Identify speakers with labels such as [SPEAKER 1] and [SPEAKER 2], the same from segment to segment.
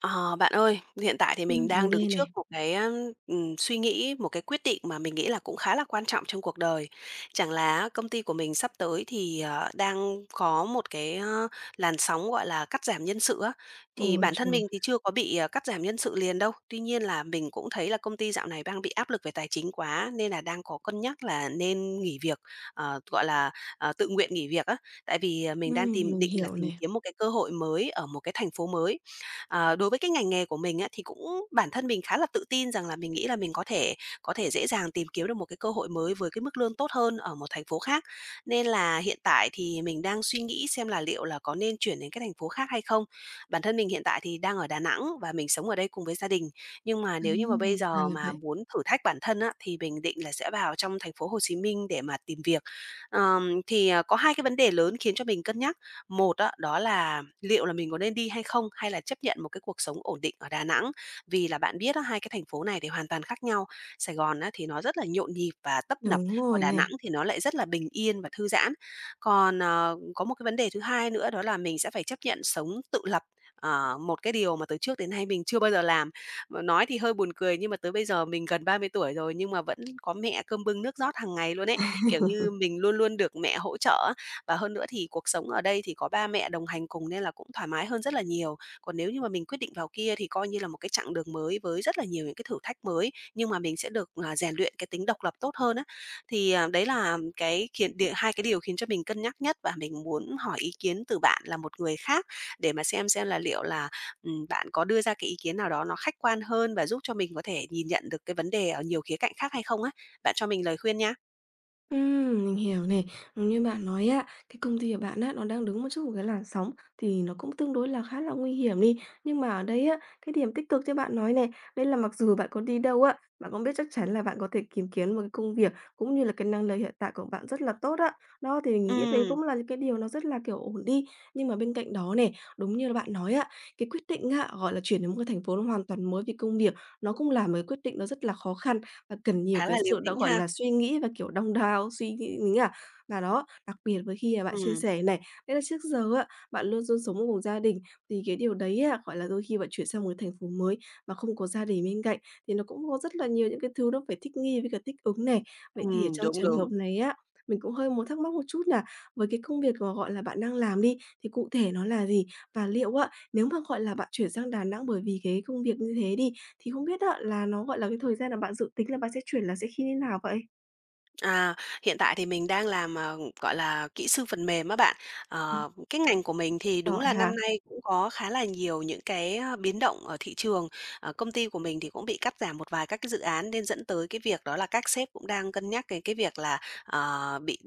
[SPEAKER 1] Ờ, Bạn ơi, hiện tại thì mình
[SPEAKER 2] Mình
[SPEAKER 1] đang đứng
[SPEAKER 2] nghe
[SPEAKER 1] trước
[SPEAKER 2] này.
[SPEAKER 1] một cái, suy nghĩ, một cái quyết định mà mình nghĩ là cũng khá là quan trọng trong cuộc đời. Chẳng là công ty của mình sắp tới thì, đang có một cái, làn sóng, gọi là, cắt giảm nhân sự á, thì
[SPEAKER 2] Ôi
[SPEAKER 1] bản thân
[SPEAKER 2] trời!
[SPEAKER 1] mình thì chưa có bị, cắt giảm nhân sự liền đâu. Tuy nhiên là mình cũng thấy là công ty dạo này đang bị áp lực về tài chính quá nên là đang có cân nhắc là nên nghỉ việc, gọi là, tự nguyện nghỉ việc á. Tại vì, mình đang tìm
[SPEAKER 2] Mình
[SPEAKER 1] định là
[SPEAKER 2] hiểu
[SPEAKER 1] tìm
[SPEAKER 2] nè.
[SPEAKER 1] kiếm một cái cơ hội mới ở một cái thành phố mới. Đối với cái ngành nghề của mình á, thì cũng bản thân mình khá là tự tin rằng là mình nghĩ là mình có thể dễ dàng tìm kiếm được một cái cơ hội mới với cái mức lương tốt hơn ở một thành phố khác. Nên là hiện tại thì mình đang suy nghĩ xem là liệu là có nên chuyển đến cái thành phố khác hay không. Bản thân mình hiện tại thì đang ở Đà Nẵng và mình sống ở đây cùng với gia đình. Nhưng mà nếu như mà bây
[SPEAKER 2] Ra
[SPEAKER 1] giờ
[SPEAKER 2] là
[SPEAKER 1] mà
[SPEAKER 2] vậy.
[SPEAKER 1] muốn thử thách bản thân á, thì mình định là sẽ vào trong thành phố Hồ Chí Minh để mà tìm việc. Có hai cái vấn đề lớn khiến cho mình cân nhắc. Một á, đó là liệu là mình có nên đi hay không, hay là chấp nhận một cái cuộc sống ổn định ở Đà Nẵng? Vì là bạn biết á, hai cái thành phố này thì hoàn toàn khác nhau. Sài Gòn á, thì nó rất là nhộn nhịp và tấp nập,
[SPEAKER 2] Đúng
[SPEAKER 1] còn
[SPEAKER 2] rồi
[SPEAKER 1] Đà
[SPEAKER 2] nè.
[SPEAKER 1] Nẵng thì nó lại rất là bình yên và thư giãn. Còn, có một cái vấn đề thứ hai nữa đó là mình sẽ phải chấp nhận sống tự lập, một cái điều mà từ trước đến nay mình chưa bao giờ làm. Mà nói thì hơi buồn cười nhưng mà tới bây giờ mình gần 30 tuổi rồi nhưng mà vẫn có mẹ cơm bưng nước rót hàng ngày luôn ấy. Kiểu như, mình luôn luôn được mẹ hỗ trợ á, và hơn nữa thì cuộc sống ở đây thì có ba mẹ đồng hành cùng nên là cũng thoải mái hơn rất là nhiều. Còn nếu như mà mình quyết định vào kia thì coi như là một cái chặng đường mới với rất là nhiều những cái thử thách mới, nhưng mà mình sẽ được, rèn luyện cái tính độc lập tốt hơn á. Thì, đấy là cái khiến đ hai cái điều khiến cho mình cân nhắc nhất và mình muốn hỏi ý kiến từ bạn là một người khác để mà xem là liệu là, bạn có đưa ra cái ý kiến nào đó nó khách quan hơn và giúp cho mình có thể nhìn nhận được cái vấn đề ở nhiều khía cạnh khác hay không á. Bạn cho mình lời khuyên nhá.
[SPEAKER 2] Mình hiểu nè. Đúng như bạn nói á, cái công ty của bạn á, nó đang đứng một chút một cái làn sóng thì nó cũng tương đối là khá là nguy hiểm đi. Nhưng mà ở đây á, cái điểm tích cực như bạn nói này, đây là mặc dù bạn có đi đâu á, bạn cũng biết chắc chắn là bạn có thể kiếm kiếm một cái công việc cũng như là cái năng lực hiện tại của bạn rất là tốt á. Đó, thì mình nghĩ đấy
[SPEAKER 1] Ừm,
[SPEAKER 2] cũng là những cái điều nó rất là, kiểu, ổn đi. Nhưng mà bên cạnh đó này, đúng như là bạn nói á, cái quyết định á, gọi là, chuyển đến một cái thành phố nó hoàn toàn mới về công việc, nó cũng là một cái quyết định nó rất là khó khăn và cần nhiều
[SPEAKER 1] khá
[SPEAKER 2] cái
[SPEAKER 1] là liều
[SPEAKER 2] sự đã,
[SPEAKER 1] lĩnh
[SPEAKER 2] gọi
[SPEAKER 1] ha.
[SPEAKER 2] là, suy nghĩ và, kiểu, đong đao, suy nghĩ mình nghĩ à. Và đó, đặc biệt với khi, bạn chia
[SPEAKER 1] Ừm.
[SPEAKER 2] sẻ này, đấy là trước giờ á, bạn luôn luôn sống cùng gia đình, thì cái điều đấy á, gọi là, đôi khi bạn chuyển sang một thành phố mới mà không có gia đình bên cạnh thì nó cũng có rất là nhiều những cái thứ nó phải thích nghi với cả thích ứng này. Vậy thì ở trong
[SPEAKER 1] Đúng,
[SPEAKER 2] trường hợp
[SPEAKER 1] đúng.
[SPEAKER 2] này á, mình cũng hơi muốn thắc mắc một chút nà, với cái công việc mà, gọi là, bạn đang làm đi, thì cụ thể nó là gì? Và liệu á, nếu mà, gọi là, bạn chuyển sang Đà Nẵng bởi vì cái công việc như thế đi, thì không biết á là nó, gọi là, cái thời gian là bạn dự tính là bạn sẽ chuyển là sẽ khi như nào vậy?
[SPEAKER 1] À, hiện tại thì mình đang làm, gọi là, kỹ sư phần mềm á bạn.
[SPEAKER 2] Nó
[SPEAKER 1] Ờ, cái ngành của mình thì đúng
[SPEAKER 2] giỏi
[SPEAKER 1] là
[SPEAKER 2] ha?
[SPEAKER 1] năm nay cũng có khá là nhiều những cái, biến động ở thị trường. Công ty của mình thì cũng bị cắt giảm một vài các cái dự án nên dẫn tới cái việc đó là các sếp cũng đang cân nhắc cái việc là, bị,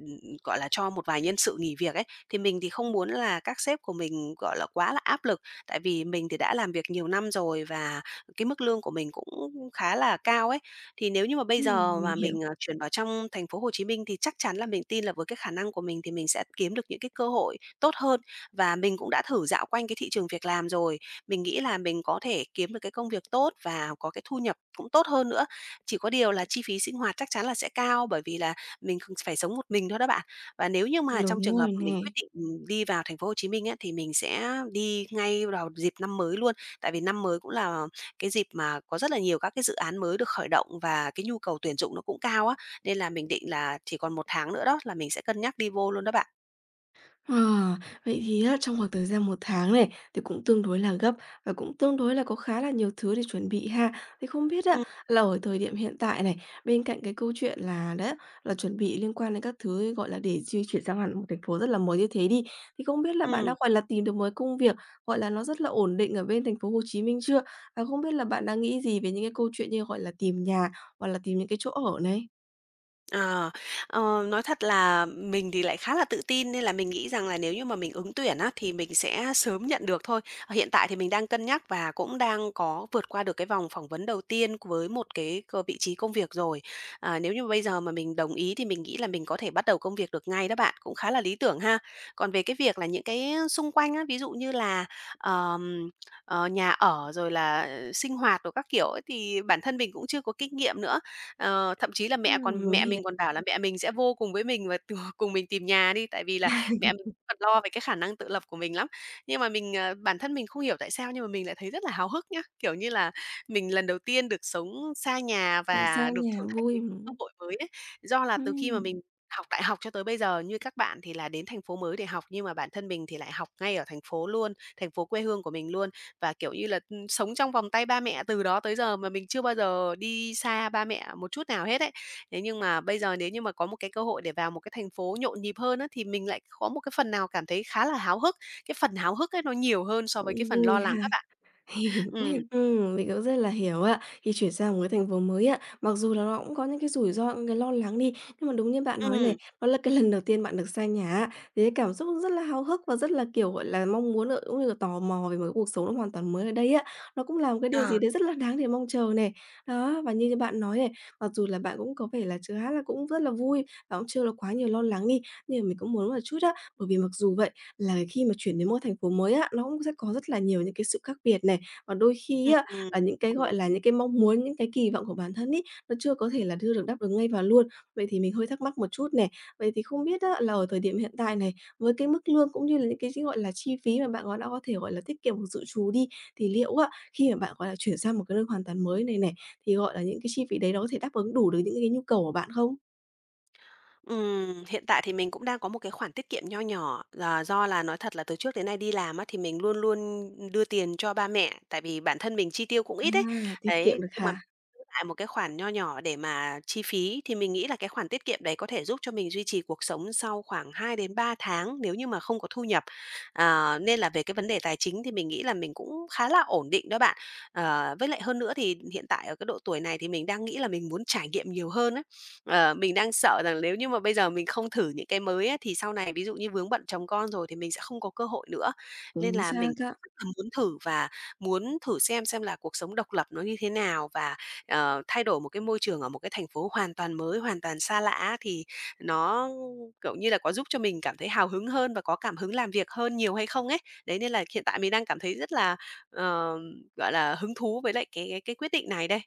[SPEAKER 1] gọi là, cho một vài nhân sự nghỉ việc ấy. Thì mình thì không muốn là các sếp của mình, gọi là, quá là áp lực, tại vì mình thì đã làm việc nhiều năm rồi và cái mức lương của mình cũng khá là cao ấy. Thì nếu như mà bây giờ
[SPEAKER 2] Mình
[SPEAKER 1] mà
[SPEAKER 2] hiểu.
[SPEAKER 1] mình, chuyển vào trong thành phố Hồ Chí Minh thì chắc chắn là mình tin là với cái khả năng của mình thì mình sẽ kiếm được những cái cơ hội tốt hơn. Và mình cũng đã thử dạo quanh cái thị trường việc làm rồi, mình nghĩ là mình có thể kiếm được cái công việc tốt và có cái thu nhập cũng tốt hơn nữa. Chỉ có điều là chi phí sinh hoạt chắc chắn là sẽ cao bởi vì là mình phải sống một mình thôi đó bạn. Và nếu như mà trong
[SPEAKER 2] Đúng
[SPEAKER 1] trường
[SPEAKER 2] rồi
[SPEAKER 1] hợp mà mình
[SPEAKER 2] nè.
[SPEAKER 1] quyết định, đi vào thành phố Hồ Chí Minh á, thì mình sẽ đi ngay vào dịp năm mới luôn, tại vì năm mới cũng là cái dịp mà có rất là nhiều các cái dự án mới được khởi động và cái nhu cầu tuyển dụng nó cũng cao á, nên là mình định là chỉ còn 1 tháng nữa đó là mình sẽ cân nhắc đi vô luôn đó bạn.
[SPEAKER 2] Ờ, vậy thì á, trong khoảng thời gian một tháng này thì cũng tương đối là gấp và cũng tương đối là có khá là nhiều thứ để chuẩn bị ha. Thì không biết á,
[SPEAKER 1] Ừm,
[SPEAKER 2] là ở thời điểm hiện tại này, bên cạnh cái câu chuyện là đấy, là chuẩn bị liên quan đến các thứ, gọi là, để di chuyển sang hẳn một thành phố rất là mới như thế đi, thì không biết là bạn
[SPEAKER 1] ừm.
[SPEAKER 2] đã, gọi là, tìm được một cái công việc, gọi là, nó rất là ổn định ở bên thành phố Hồ Chí Minh chưa? Và không biết là bạn đang nghĩ gì về những cái câu chuyện như, gọi là, tìm nhà hoặc là tìm những cái chỗ ở này?
[SPEAKER 1] Ờ, nói thật là mình thì lại khá là tự tin nên là mình nghĩ rằng là nếu như mà mình ứng tuyển á, thì mình sẽ sớm nhận được thôi. Hiện tại thì mình đang cân nhắc và cũng đang có vượt qua được cái vòng phỏng vấn đầu tiên với một cái vị trí công việc rồi. À, nếu như bây giờ mà mình đồng ý thì mình nghĩ là mình có thể bắt đầu công việc được ngay đó bạn, cũng khá là lý tưởng ha. Còn về cái việc là những cái xung quanh á, ví dụ như là ờm, nhà ở rồi là sinh hoạt rồi các kiểu ấy, thì bản thân mình cũng chưa có kinh nghiệm nữa. Ờ, thậm chí là
[SPEAKER 2] Mình
[SPEAKER 1] mẹ
[SPEAKER 2] hiểu.
[SPEAKER 1] mình còn bảo là mẹ mình sẽ vô cùng với mình và cùng mình tìm nhà đi, tại vì là mẹ mình còn lo về cái khả năng tự lập của mình lắm. Nhưng mà mình, ờ bản thân mình không hiểu tại sao nhưng mà mình lại thấy rất là háo hức nhá, kiểu như là, mình lần đầu tiên được sống xa nhà
[SPEAKER 2] Cũng xa
[SPEAKER 1] và được
[SPEAKER 2] nhà
[SPEAKER 1] thử thách
[SPEAKER 2] vui,
[SPEAKER 1] những
[SPEAKER 2] ừm.
[SPEAKER 1] cơ hội mới ấy. Do là từ khi mà
[SPEAKER 2] Ừm.
[SPEAKER 1] mình học đại học cho tới bây giờ, như các bạn thì là đến thành phố mới để học, nhưng mà bản thân mình thì lại học ngay ở thành phố luôn, thành phố quê hương của mình luôn. Và, kiểu như là, sống trong vòng tay ba mẹ từ đó tới giờ mà mình chưa bao giờ đi xa ba mẹ một chút nào hết ấy. Thế nhưng mà bây giờ nếu như mà có một cái cơ hội để vào một cái thành phố nhộn nhịp hơn á, thì mình lại có một cái phần nào cảm thấy khá là háo hức. Cái phần háo hức ấy nó nhiều hơn so với cái
[SPEAKER 2] Cũng
[SPEAKER 1] phần
[SPEAKER 2] vui
[SPEAKER 1] lo lắng
[SPEAKER 2] ha.
[SPEAKER 1] các bạn. Ừm,
[SPEAKER 2] Mình cũng rất là hiểu ạ. Khi chuyển sang một cái thành phố mới ạ mặc dù là nó cũng có những cái rủi ro, những cái lo lắng đi, nhưng mà đúng như bạn nói lề
[SPEAKER 1] ừm,
[SPEAKER 2] đó là cái lần đầu tiên bạn được xa nhà á, thế cảm xúc rất là háo hức và rất là, kiểu, gọi là, mong muốn, cũng như là tò mò về một cái cuộc sống nó hoàn toàn mới ở đây á. Nó cũng là một cái điều gì
[SPEAKER 1] ờ,
[SPEAKER 2] đấy rất là đáng để mong chờ nè. Đó, và như bạn nói này, mặc dù là bạn cũng có vẻ là chưa hát là cũng rất là vui và cũng chưa là quá nhiều lo lắng đi, nhưng mà mình cũng muốn một chút á, bởi vì mặc dù vậy là khi mà chuyển đến một thành phố mới á, nó cũng sẽ có rất là nhiều những cái sự khác biệt này, và đôi khi
[SPEAKER 1] ừm,
[SPEAKER 2] á,
[SPEAKER 1] ừm,
[SPEAKER 2] những
[SPEAKER 1] đúng,
[SPEAKER 2] cái, gọi
[SPEAKER 1] đúng.
[SPEAKER 2] là, những cái mong muốn, những cái kỳ vọng của bản thân ấy, nó chưa có thể là đưa được đáp ứng ngay và luôn. Vậy thì mình hơi thắc mắc một chút nè, vậy thì không biết á, là ở thời điểm hiện tại này, với cái mức lương cũng như là những cái chi gọi là, chi phí mà bạn, gọi, đã có thể, gọi là, tiết kiệm hoặc dự trù đi, thì liệu á, khi mà bạn, gọi là, chuyển sang một cái nơi hoàn toàn mới này này, thì, gọi là, những cái chi phí đấy nó có thể đáp ứng đủ được những cái nhu cầu của bạn không?
[SPEAKER 1] Hiện tại thì mình cũng đang có một cái khoản tiết kiệm nho nhỏ, là do là nói thật là từ trước đến nay đi làm á, thì mình luôn luôn đưa tiền cho ba mẹ, tại vì bản thân mình chi tiêu cũng ít ấy.
[SPEAKER 2] À, tiết kiệm
[SPEAKER 1] Đấy,
[SPEAKER 2] được
[SPEAKER 1] nhưng mà
[SPEAKER 2] hả?
[SPEAKER 1] giữ lại một cái khoản nho nhỏ để mà chi phí, thì mình nghĩ là cái khoản tiết kiệm đấy có thể giúp cho mình duy trì cuộc sống sau khoảng 2 đến 3 tháng nếu như mà không có thu nhập. À, nên là về cái vấn đề tài chính thì mình nghĩ là mình cũng khá là ổn định đó bạn. Với lại hơn nữa thì hiện tại ở cái độ tuổi này thì mình đang nghĩ là mình muốn trải nghiệm nhiều hơn ấy. Mình đang sợ rằng nếu như mà bây giờ mình không thử những cái mới á, thì sau này ví dụ như vướng bận chồng con rồi thì mình sẽ không có cơ hội nữa. Nên
[SPEAKER 2] Chính
[SPEAKER 1] là mình
[SPEAKER 2] xác ạ.
[SPEAKER 1] rất là muốn thử và muốn thử xem là cuộc sống độc lập nó như thế nào và, thay đổi một cái môi trường ở một cái thành phố hoàn toàn mới, hoàn toàn xa lạ thì nó, kiểu như là, có giúp cho mình cảm thấy hào hứng hơn và có cảm hứng làm việc hơn nhiều hay không ấy. Đấy, nên là hiện tại mình đang cảm thấy rất là, ờ, gọi là, hứng thú với lại cái quyết định này đây.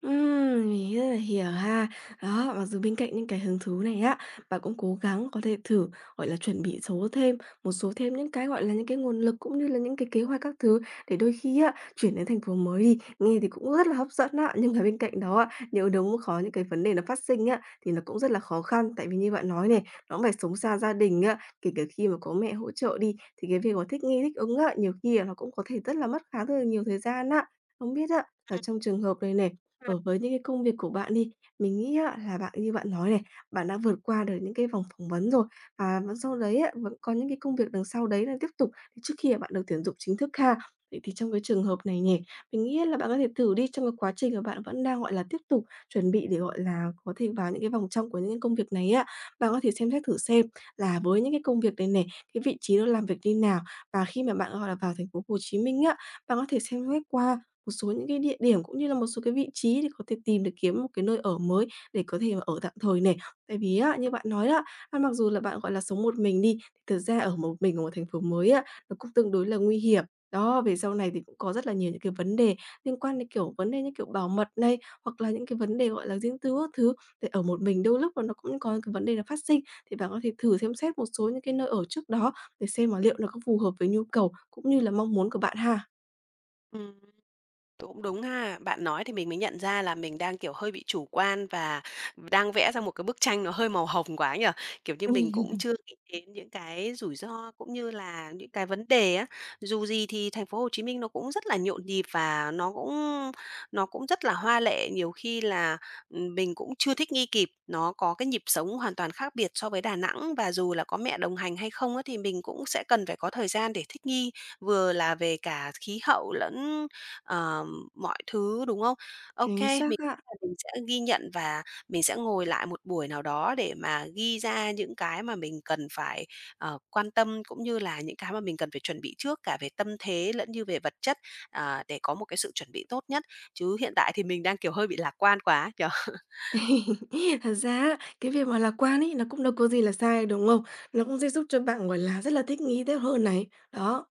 [SPEAKER 2] Mình rất là hiểu ha. Đó, mặc dù bên cạnh những cái hứng thú này á, bạn cũng cố gắng có thể thử, gọi là, chuẩn bị số thêm một số thêm những cái, gọi là, những cái nguồn lực cũng như là những cái kế hoạch các thứ, để đôi khi á, chuyển đến thành phố mới đi, nghe thì cũng rất là hấp dẫn á, nhưng mà bên cạnh đó á, nếu đúng có những cái vấn đề nó phát sinh á, thì nó cũng rất là khó khăn. Tại vì như bạn nói này, nó cũng phải sống xa gia đình á, kể cả khi mà có mẹ hỗ trợ đi, thì cái việc mà thích nghi, thích ứng á, nhiều khi là nó cũng có thể rất là mất khá là nhiều thời gian á. Không biết á, ở trong trường hợp này nè,
[SPEAKER 1] Ừm.
[SPEAKER 2] ở với những cái công việc của bạn đi, mình nghĩ á là bạn như bạn nói này, bạn đã vượt qua được những cái vòng phỏng vấn rồi, và vẫn sau đấy á, vẫn có những cái công việc đằng sau đấy là tiếp tục trước khi bạn được tuyển dụng chính thức ha. Vậy thì trong cái trường hợp này nhỉ, mình nghĩ là bạn có thể thử đi trong cái quá trình mà bạn vẫn đang, gọi là, tiếp tục chuẩn bị để, gọi là, có thể vào những cái vòng trong của những cái công việc này á, bạn có thể xem xét thử xem là với những cái công việc này này, cái vị trí nó làm việc như nào? Và khi mà bạn, gọi là, vào thành phố Hồ Chí Minh á, bạn có thể xem xét qua một số những cái địa điểm cũng như là một số cái vị trí để có thể tìm kiếm một cái nơi ở mới để có thể mà ở tạm thời này. Tại vì á, như bạn nói đó, mặc dù là bạn, gọi là, sống một mình đi, thì thực ra ở một mình ở một thành phố mới á, nó cũng tương đối là nguy hiểm. Đó, về sau này thì cũng có rất là nhiều những cái vấn đề liên quan đến, kiểu, vấn đề như kiểu bảo mật này, hoặc là những cái vấn đề, gọi là, riêng tư các thứ. Thì ở một mình đôi lúc là nó cũng có những cái vấn đề là phát sinh, thì bạn có thể thử xem xét một số những cái nơi ở trước đó để xem mà liệu nó có phù hợp với nhu cầu cũng như là mong muốn của bạn ha.
[SPEAKER 1] Cũng đúng ha. Bạn nói thì mình mới nhận ra là mình đang, kiểu, hơi bị chủ quan và đang vẽ ra một cái bức tranh nó hơi màu hồng quá nhở. Kiểu như, mình cũng chưa nghĩ đến những cái rủi ro cũng như là những cái vấn đề á. Dù gì thì thành phố Hồ Chí Minh nó cũng rất là nhộn nhịp và nó cũng rất là hoa lệ, nhiều khi là, mình cũng chưa thích nghi kịp. Nó có cái nhịp sống hoàn toàn khác biệt so với Đà Nẵng và dù là có mẹ đồng hành hay không á, thì mình cũng sẽ cần phải có thời gian để thích nghi, vừa là về cả khí hậu lẫn, ờ mọi thứ, đúng không? OK,
[SPEAKER 2] Chính xác
[SPEAKER 1] mình
[SPEAKER 2] á.
[SPEAKER 1] mình sẽ ghi nhận và mình sẽ ngồi lại một buổi nào đó để mà ghi ra những cái mà mình cần phải, quan tâm, cũng như là những cái mà mình cần phải chuẩn bị trước cả về tâm thế lẫn như về vật chất, để có một cái sự chuẩn bị tốt nhất. Chứ hiện tại thì mình đang, kiểu, hơi bị lạc quan quá ấy nhỉ?
[SPEAKER 2] Thật ra á, cái việc mà lạc quan ấy, nó cũng đâu có gì là sai, đúng không? Nó cũng sẽ giúp cho bạn, gọi là, rất là thích nghi tốt hơn này. Đó,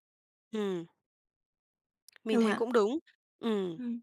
[SPEAKER 1] Ừm, mình
[SPEAKER 2] đúng không
[SPEAKER 1] thấy
[SPEAKER 2] ạ?
[SPEAKER 1] cũng đúng. Ừm,
[SPEAKER 2] Ừm.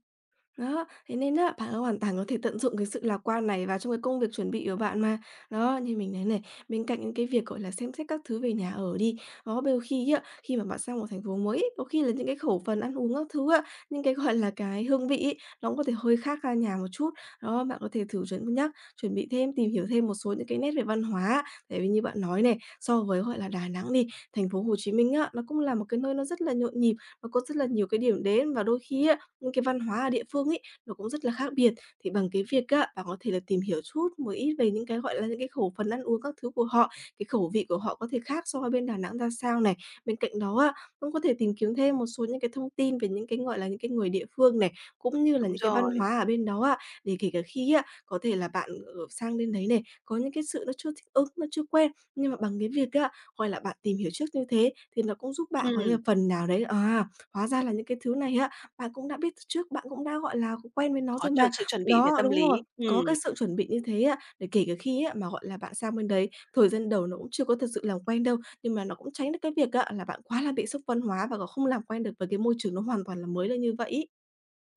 [SPEAKER 2] Đó, thế nên á, bạn hoàn toàn có thể tận dụng cái sự lạc quan này vào trong cái công việc chuẩn bị của bạn mà. Đó, như mình nói này, bên cạnh những cái việc, gọi là, xem xét các thứ về nhà ở đi, đó, đôi khi á, khi mà bạn sang một thành phố mới ấy, có khi là những cái khẩu phần ăn uống các thứ á, những cái, gọi là, cái hương vị ấy, nó cũng có thể hơi khác ra nhà một chút. Đó, bạn có thể thử chuẩn nhắc, chuẩn bị thêm, tìm hiểu thêm một số những cái nét về văn hóa á. Tại vì như bạn nói này, so với, gọi là, Đà Nẵng đi, thành phố Hồ Chí Minh á, nó cũng là một cái nơi nó rất là nhộn nhịp, nó có rất là nhiều cái điểm đến và đôi khi á, những cái văn hóa ở địa phương ấy, nó cũng rất là khác biệt. Thì bằng cái việc á, bạn có thể là tìm hiểu chút một ít về những cái, gọi là, những cái khẩu phần ăn uống các thứ của họ, cái khẩu vị của họ có thể khác so với bên Đà Nẵng ra sao này. Bên cạnh đó á, cũng có thể tìm kiếm thêm một số những cái thông tin về những cái, gọi là, những cái người địa phương này, cũng như là
[SPEAKER 1] đúng
[SPEAKER 2] những cái văn
[SPEAKER 1] rồi.
[SPEAKER 2] hóa ở bên đó ạ để kể cả khi á, có thể là bạn, sang đến đấy này, có những cái sự nó chưa thích ứng, nó chưa quen, nhưng mà bằng cái việc á, gọi là, bạn tìm hiểu trước như thế thì nó cũng giúp bạn có thể
[SPEAKER 1] Ừm,
[SPEAKER 2] phần nào đấy, à, hóa ra là những cái thứ này á bạn cũng đã biết từ trước, bạn cũng đã, gọi là, quen với nó
[SPEAKER 1] có
[SPEAKER 2] rồi mà.
[SPEAKER 1] chuẩn sự chuẩn bị về
[SPEAKER 2] Đó,
[SPEAKER 1] tâm
[SPEAKER 2] đúng
[SPEAKER 1] lý.
[SPEAKER 2] rồi, có
[SPEAKER 1] Ừm.
[SPEAKER 2] cái sự chuẩn bị như thế á, để kể cả khi á mà, gọi là, bạn sang bên đấy, thời gian đầu nó cũng chưa có thật sự làm quen đâu, nhưng mà nó cũng tránh được cái việc á là bạn quá là bị sốc văn hóa và còn không làm quen được với cái môi trường nó hoàn toàn là mới là như vậy ấy.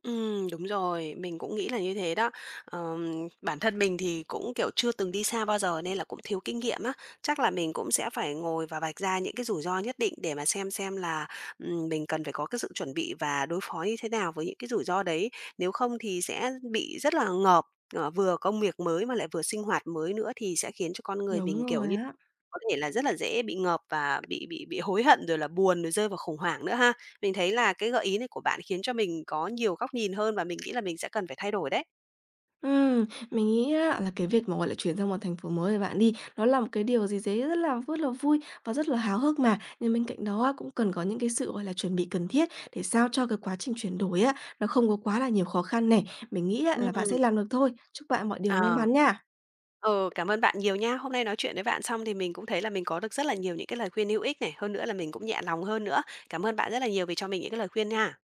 [SPEAKER 1] Đúng rồi, mình cũng nghĩ là như thế đó. Bản thân mình thì cũng, kiểu, chưa từng đi xa bao giờ nên là cũng thiếu kinh nghiệm á. Chắc là mình cũng sẽ phải ngồi và vạch ra những cái rủi ro nhất định để mà xem là, mình cần phải có cái sự chuẩn bị và đối phó như thế nào với những cái rủi ro đấy. Nếu không thì sẽ bị rất là ngợp, vừa công việc mới mà lại vừa sinh hoạt mới nữa thì sẽ khiến cho con người
[SPEAKER 2] Đúng
[SPEAKER 1] mình, kiểu
[SPEAKER 2] rồi
[SPEAKER 1] như
[SPEAKER 2] á.
[SPEAKER 1] có thể là rất là dễ bị ngợp và bị hối hận rồi là buồn rồi rơi vào khủng hoảng nữa ha. Mình thấy là cái gợi ý này của bạn khiến cho mình có nhiều góc nhìn hơn và mình nghĩ là mình sẽ cần phải thay đổi đấy.
[SPEAKER 2] Ừm, mình nghĩ á là cái việc mà, gọi là, chuyển sang một thành phố mới của bạn đi, nó là một cái điều gì đấy rất là vui và rất là háo hức mà. Nhưng bên cạnh đó á, cũng cần có những cái sự, gọi là, chuẩn bị cần thiết để sao cho cái quá trình chuyển đổi á, nó không có quá là nhiều khó khăn này. Mình nghĩ á là bạn
[SPEAKER 1] Ừm,
[SPEAKER 2] sẽ làm được thôi. Chúc bạn mọi điều may
[SPEAKER 1] ờ,
[SPEAKER 2] mắn nha!
[SPEAKER 1] ừ, cảm ơn bạn nhiều nha. Hôm nay nói chuyện với bạn xong thì mình cũng thấy là mình có được rất là nhiều những cái lời khuyên hữu ích này, hơn nữa là mình cũng nhẹ lòng hơn nữa. Cảm ơn bạn rất là nhiều vì cho mình những cái lời khuyên nha.